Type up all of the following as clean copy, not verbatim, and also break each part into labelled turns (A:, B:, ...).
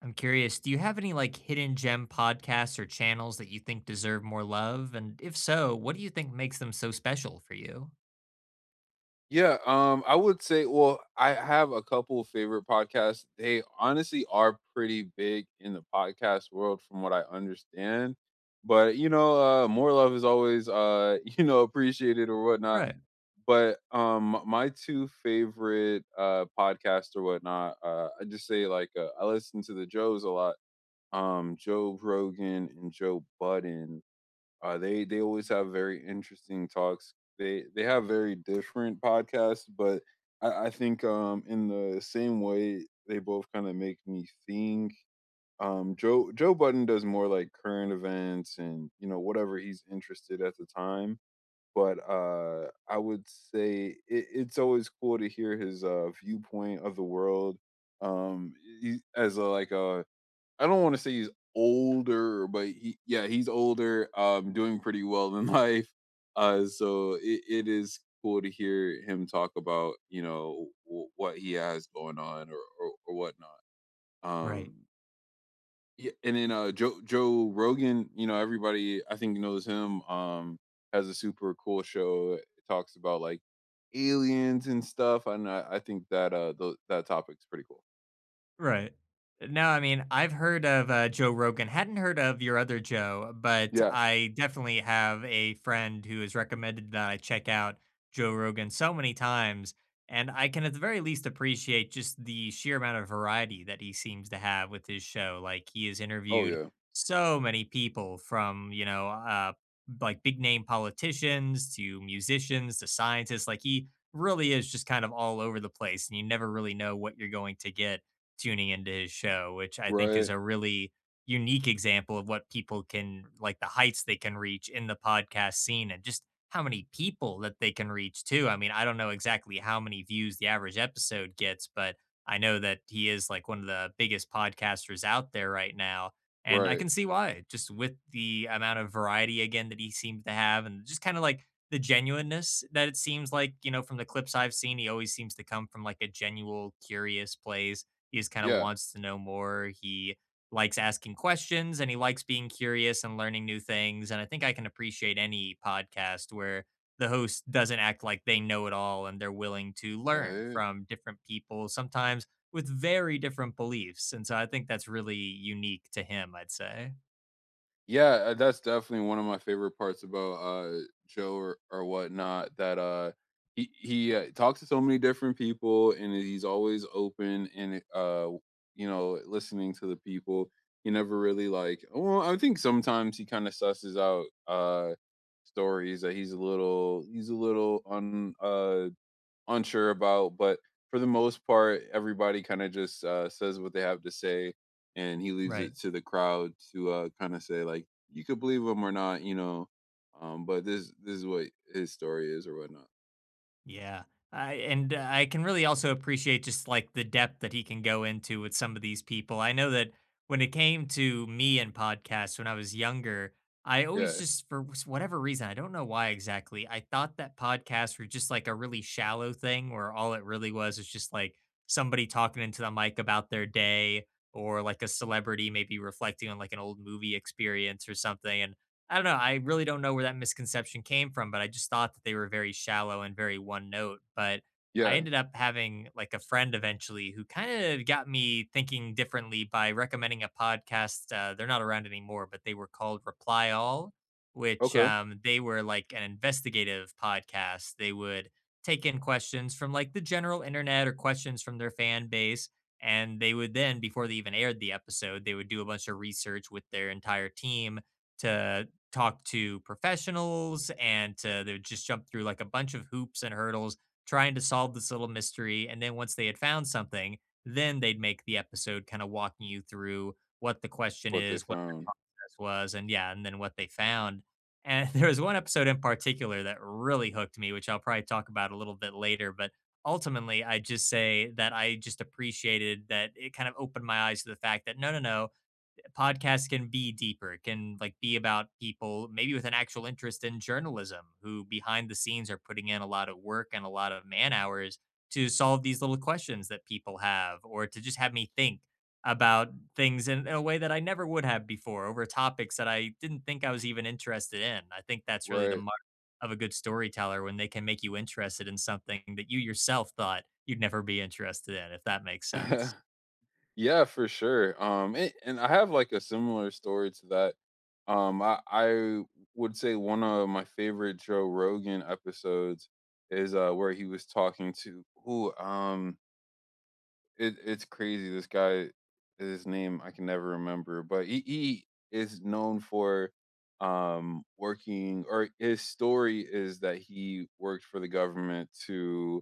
A: I'm curious, do you have any like hidden gem podcasts or channels that you think deserve more love? And if so, what do you think makes them so special for you?
B: Yeah, I would say, well, I have a couple of favorite podcasts. They honestly are pretty big in the podcast world, from what I understand. But more love is always, appreciated or whatnot.
A: Right.
B: But my two favorite podcasts or whatnot, I just say like I listen to the Joes a lot, Joe Rogan and Joe Budden. They always have very interesting talks. They have very different podcasts, but I think in the same way they both kind of make me think. Joe Budden does more like current events and you know whatever he's interested at the time. But I would say it's always cool to hear his viewpoint of the world, um, he, as a, like a I don't want to say he's older, but he yeah, he's older, doing pretty well in life. So it is cool to hear him talk about, you know, what he has going on, or whatnot.
A: Right.
B: Um, yeah, and then Joe Rogan, you know, everybody I think knows him. Has a super cool show. It talks about like aliens and stuff, and I think that that topic's pretty cool.
A: Right. No, I mean, I've heard of, Joe Rogan, hadn't heard of your other Joe, but
B: Yeah.
A: I definitely have a friend who has recommended that I check out Joe Rogan so many times, and I can at the very least appreciate just the sheer amount of variety that he seems to have with his show. Like, he has
B: Oh
A: interviewed
B: yeah.
A: so many people from, you know, like, big name politicians to musicians to scientists. Like, he really is just kind of all over the place, and you never really know what you're going to get tuning into his show, which I think is
B: Right.
A: a really unique example of what people can like the heights they can reach in the podcast scene and just how many people that they can reach too. I mean, I don't know exactly how many views the average episode gets, but I know that he is like one of the biggest podcasters out there right now. And I
B: Right.
A: can see why, just with the amount of variety again that he seems to have, and just kind of like the genuineness that it seems like, you know, from the clips I've seen, he always seems to come from like a genuine, curious place. He just kind of
B: Yeah.
A: wants to know more. He likes asking questions and he likes being curious and learning new things. And I think I can appreciate any podcast where the host doesn't act like they know it all and they're willing to learn
B: Right.
A: from different people, sometimes with very different beliefs. And so I think that's really unique to him, I'd say.
B: Yeah, that's definitely one of my favorite parts about Joe, or whatnot, that he talks to so many different people and he's always open and, you know, listening to the people. He never really like, well, I think sometimes he kind of susses out uh stories that he's a little, he's a little on. Unsure about, but for the most part, everybody kind of just, says what they have to say, and he leaves
A: Right.
B: it to the crowd to, kind of say like, you could believe him or not, you know. But this is what his story is or whatnot.
A: Yeah. I can really also appreciate just like the depth that he can go into with some of these people. I know that when it came to me and podcasts when I was younger, I always
B: Yeah,
A: just whatever reason, I don't know why exactly, I thought that podcasts were just like a really shallow thing where all it really was is just like somebody talking into the mic about their day or like a celebrity maybe reflecting on like an old movie experience or something. And I don't know. I really don't know where that misconception came from, but I just thought that they were very shallow and very one note. But I
B: yeah,
A: ended up having like a friend eventually who kind of got me thinking differently by recommending a podcast. They're not around anymore, but they were called Reply All, which
B: okay,
A: they were like an investigative podcast. They would take in questions from like the general internet or questions from their fan base. And they would then, before they even aired the episode, they would do a bunch of research with their entire team to talk to professionals and to they would just jump through like a bunch of hoops and hurdles trying to solve this little mystery. And then once they had found something, then they'd make the episode kind of walking you through what the question
B: what they
A: is, what their
B: found,
A: process was, and yeah, and then what they found. And there was one episode in particular that really hooked me, which I'll probably talk about a little bit later. But ultimately, I just say that I just appreciated that it kind of opened my eyes to the fact that no, no, no, podcasts can be deeper. It can like be about people maybe with an actual interest in journalism who behind the scenes are putting in a lot of work and a lot of man hours to solve these little questions that people have or to just have me think about things in a way that I never would have before over topics that I didn't think I was even interested in. I think that's really the
B: right?
A: mark of a good storyteller when they can make you interested in something that you yourself thought you'd never be interested in, if that makes sense.
B: Yeah, for sure. And I have like a similar story to that. I would say one of my favorite Joe Rogan episodes is where he was talking to who, it, it's crazy. This guy, his name I can never remember, but he is known for working, or his story is that he worked for the government to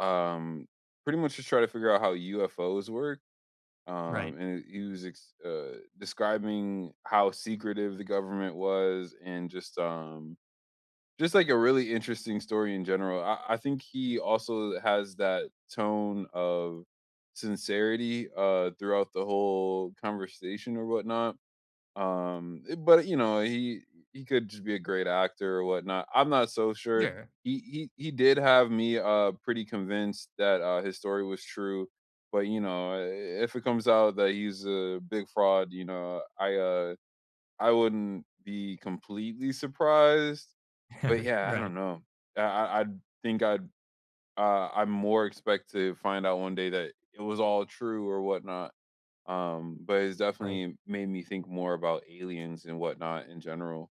B: um pretty much just try to figure out how UFOs work,
A: Right.
B: and it- he was ex- describing how secretive the government was, and just like a really interesting story in general. I think he also has that tone of sincerity throughout the whole conversation or whatnot. But, you know, he could just be a great actor or whatnot. I'm not so sure.
A: Sure.
B: He did have me, pretty convinced that, his story was true, but, you know, if it comes out that he's a big fraud, I wouldn't be completely surprised, but yeah, I
A: Right.
B: don't know. I think I'd, I'm more expect to find out one day that it was all true or whatnot. But it's
A: Right.
B: definitely made me think more about aliens and whatnot in general.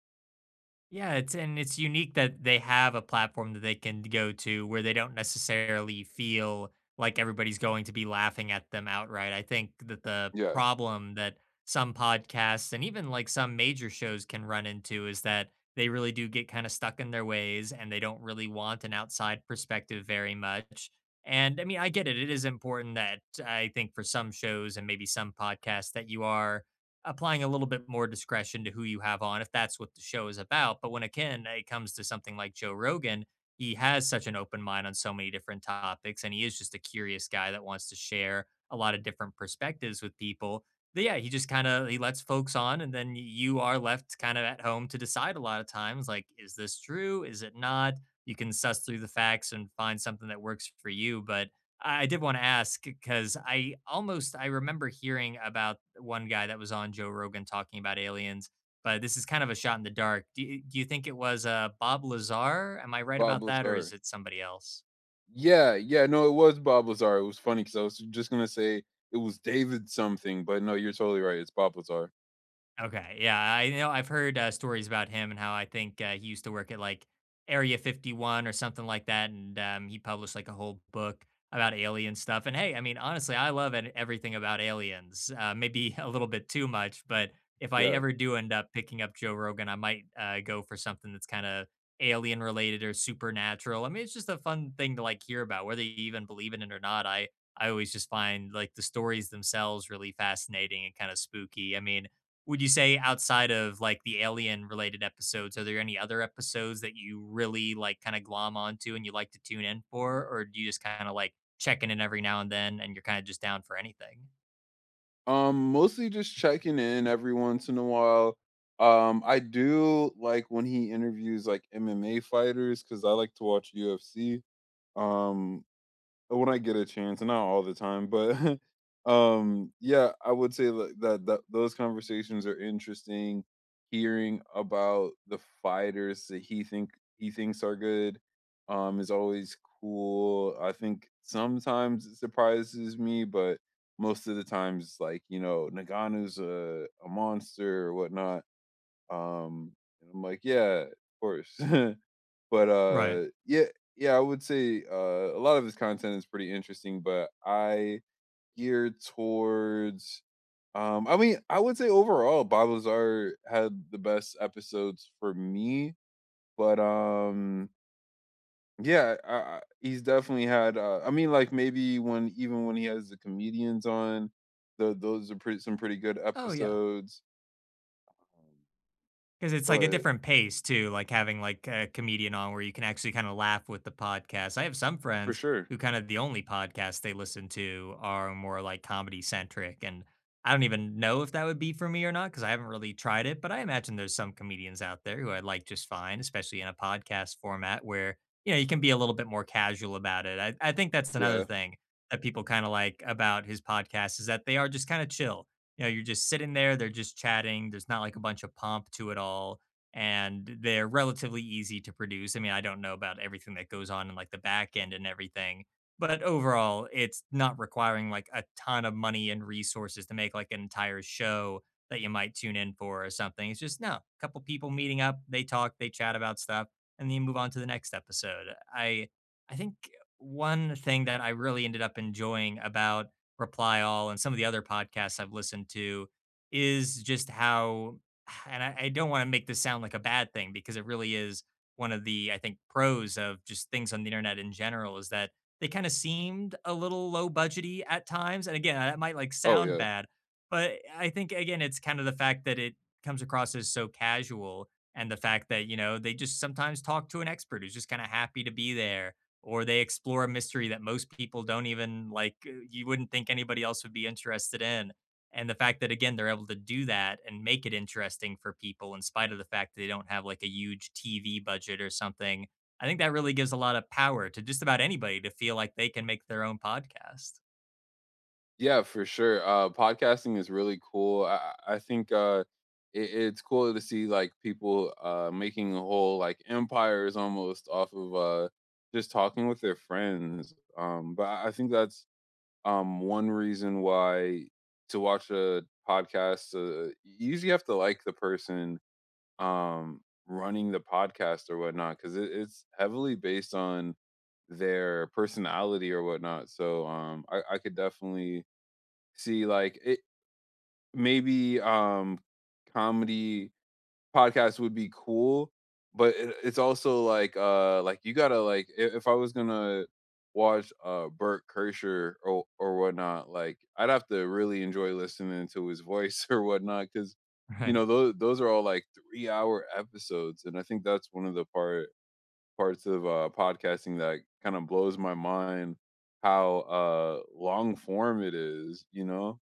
A: Yeah, it's and it's unique that they have a platform that they can go to where they don't necessarily feel like everybody's going to be laughing at them outright. I think that the
B: Yeah,
A: problem that some podcasts and even like some major shows can run into is that they really do get kind of stuck in their ways and they don't really want an outside perspective very much. And I mean, I get it. It is important that I think for some shows and maybe some podcasts that you are applying a little bit more discretion to who you have on if that's what the show is about. But when again it comes to something like Joe Rogan, he has such an open mind on so many different topics, and he is just a curious guy that wants to share a lot of different perspectives with people. But yeah, he just kind of he lets folks on, and then you are left kind of at home to decide a lot of times like, is this true? Is it not? You can suss through the facts and find something that works for you, but I did want to ask because I almost I remember hearing about one guy that was on Joe Rogan talking about aliens, but this is kind of a shot in the dark. Do you think it was Bob Lazar? Am I right
B: Bob
A: about that, or is
B: Lazar.
A: it somebody else?
B: Yeah, yeah, no, it was Bob Lazar. It was funny because I was just gonna say it was David something, but no, you're totally right. It's Bob Lazar.
A: Okay, yeah, I know I've heard, stories about him and how I think, he used to work at, like, Area 51 or something like that, and, he published, like, a whole book about alien stuff, and hey, I mean, honestly, I love an everything about aliens, maybe a little bit too much, but if I
B: Yeah.
A: ever do end up picking up Joe Rogan, I might, go for something that's kinda alien-related or supernatural. I mean, it's just a fun thing to, like, hear about, whether you even believe in it or not. I always just find, like, the stories themselves really fascinating and kinda spooky. I mean, would you say outside of like the alien related episodes, are there any other episodes that you really like kind of glom onto and you like to tune in for? Or do you just kind of like checking in every now and then and you're kind of just down for anything?
B: Mostly just checking in every once in a while. I do like when he interviews like MMA fighters because I like to watch UFC. Um, When I get a chance, not all the time, but yeah, I would say like that those conversations are interesting. Hearing about the fighters that he thinks are good is always cool. I think sometimes it surprises me, but most of the times, like, you know, Nagano's a monster or whatnot. Um, and I'm like, yeah, of course. But,
A: Right.
B: yeah, I would say, a lot of his content is pretty interesting, but I geared towards, I mean, I would say overall, Bob Lazar had the best episodes for me, but, yeah, I he's definitely had, I mean, like, maybe when, even when he has the comedians on, those are pretty some pretty good
A: Oh yeah,
B: episodes, um,
A: because it's like a
B: but
A: different pace too, like having like a comedian on where you can actually kind of laugh with the podcast. I have some
B: for
A: friends
B: sure.
A: who kind of the only podcasts they listen to are more like comedy centric. And I don't even know if that would be for me or not because I haven't really tried it. But I imagine there's some comedians out there who I like just fine, especially in a podcast format where, you know, you can be a little bit more casual about it. I think that's another
B: Yeah.
A: thing that people kind of like about his podcast is that they are just kind of chill. You know, you're just sitting there, they're just chatting, there's not like a bunch of pomp to it all, and they're relatively easy to produce. I mean, I don't know about everything that goes on in like the back end and everything, but overall, it's not requiring like a ton of money and resources to make like an entire show that you might tune in for or something. It's just no, a couple people meeting up, they talk, they chat about stuff, and then you move on to the next episode. I I think one thing that I really ended up enjoying about Reply All and some of the other podcasts I've listened to is just how and I don't want to make this sound like a bad thing because it really is one of the I think pros of just things on the internet in general is that they kind of seemed a little low budgety at times. And again, that might like
B: Oh,
A: sound
B: yeah.
A: bad, but I think again it's kind of the fact that it comes across as so casual and the fact that, you know, they just sometimes talk to an expert who's just kind of happy to be there or they explore a mystery that most people don't even like you wouldn't think anybody else would be interested in, and the fact that again they're able to do that and make it interesting for people in spite of the fact that they don't have like a huge TV budget or something. I think that really gives a lot of power to just about anybody to feel like they can make their own podcast.
B: Yeah, for sure. Podcasting is really cool. I think it's cool to see like people making whole like empires almost off of just talking with their friends. But I think that's, one reason why to watch a podcast, you usually have to like the person um, running the podcast or whatnot because it's heavily based on their personality or whatnot. So I could definitely see, like, it maybe comedy podcasts would be cool, but it's also like, like, you gotta like, if I was gonna watch Bert Kreischer or whatnot, like, I'd have to really enjoy listening to his voice or whatnot because you
A: Right.
B: know those are all like 3 hour episodes, and I think that's one of the parts of podcasting that kind of blows my mind how long form it is, you know.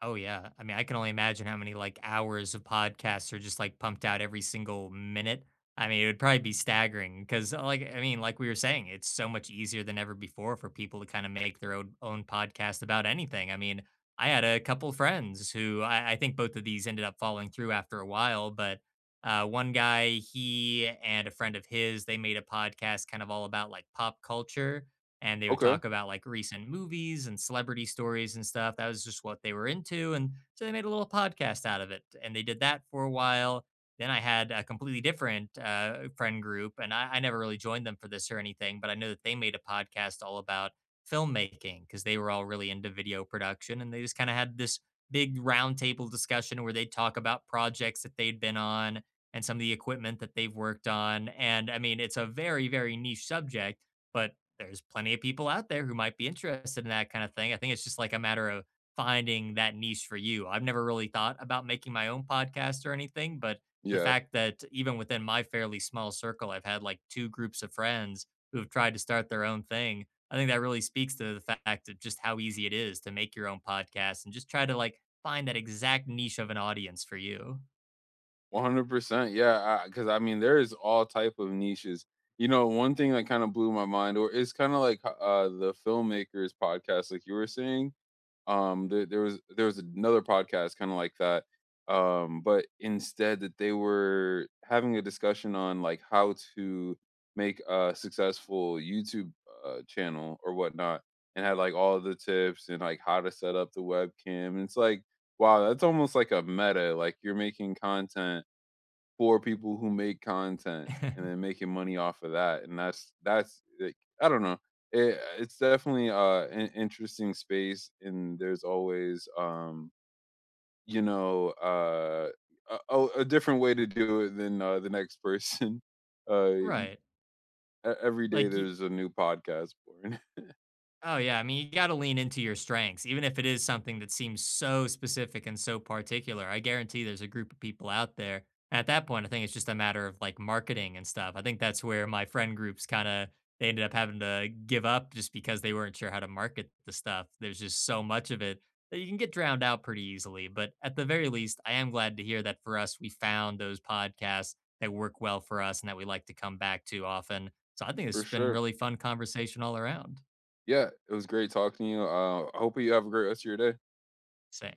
A: Oh yeah. I mean, I can only imagine how many like hours of podcasts are just like pumped out every single minute. I mean, it would probably be staggering because like I mean, like we were saying, it's so much easier than ever before for people to kind of make their own podcast about anything. I mean, I had a couple friends who I think both of these ended up falling through after a while, but one guy, he and a friend of his, they made a podcast kind of all about like pop culture and they would
B: Okay.
A: talk about like recent movies and celebrity stories and stuff. That was just what they were into. And so they made a little podcast out of it. And they did that for a while. Then I had a completely different friend group, and I never really joined them for this or anything, but I know that they made a podcast all about filmmaking because they were all really into video production. And they just kind of had this big roundtable discussion where they'd talk about projects that they'd been on and some of the equipment that they've worked on. And I mean, it's a very, very niche subject, but there's plenty of people out there who might be interested in that kind of thing. I think it's just like a matter of finding that niche for you. I've never really thought about making my own podcast or anything, but the
B: Yeah,
A: fact that even within my fairly small circle, I've had like two groups of friends who have tried to start their own thing. I think that really speaks to the fact of just how easy it is to make your own podcast and just try to like find that exact niche of an audience for you.
B: 100%. Yeah, because I, 'cause I mean, there is all type of niches. You know, one thing that kind of blew my mind, or it's kind of like the filmmakers podcast, like you were saying. There was another podcast kind of like that, but instead that they were having a discussion on like how to make a successful YouTube channel or whatnot, and had like all the tips and like how to set up the webcam. And it's like, wow, that's almost like a meta. Like, you're making content for people who make content and then making money off of that, and like, I don't know. It's definitely, an interesting space, and there's always, you know, uh, a different way to do it than, the next person. Y- e e
A: Right.
B: Every day
A: Like, y-
B: there's a new podcast born.
A: Oh, yeah. I mean, you got to lean into your strengths, even if it is something that seems so specific and so particular. I guarantee there's a group of people out there. And at that point, I think it's just a matter of like marketing and stuff. I think that's where my friend groups kind of they ended up having to give up just because they weren't sure how to market the stuff. There's just so much of it that you can get drowned out pretty easily. But at the very least, I am glad to hear that for us, we found those podcasts that work well for us and that we like to come back to often. So I think
B: For
A: it's been
B: sure.
A: really fun conversation all around.
B: Yeah, it was great talking to you, I hope you have a great rest of your day.
A: Same.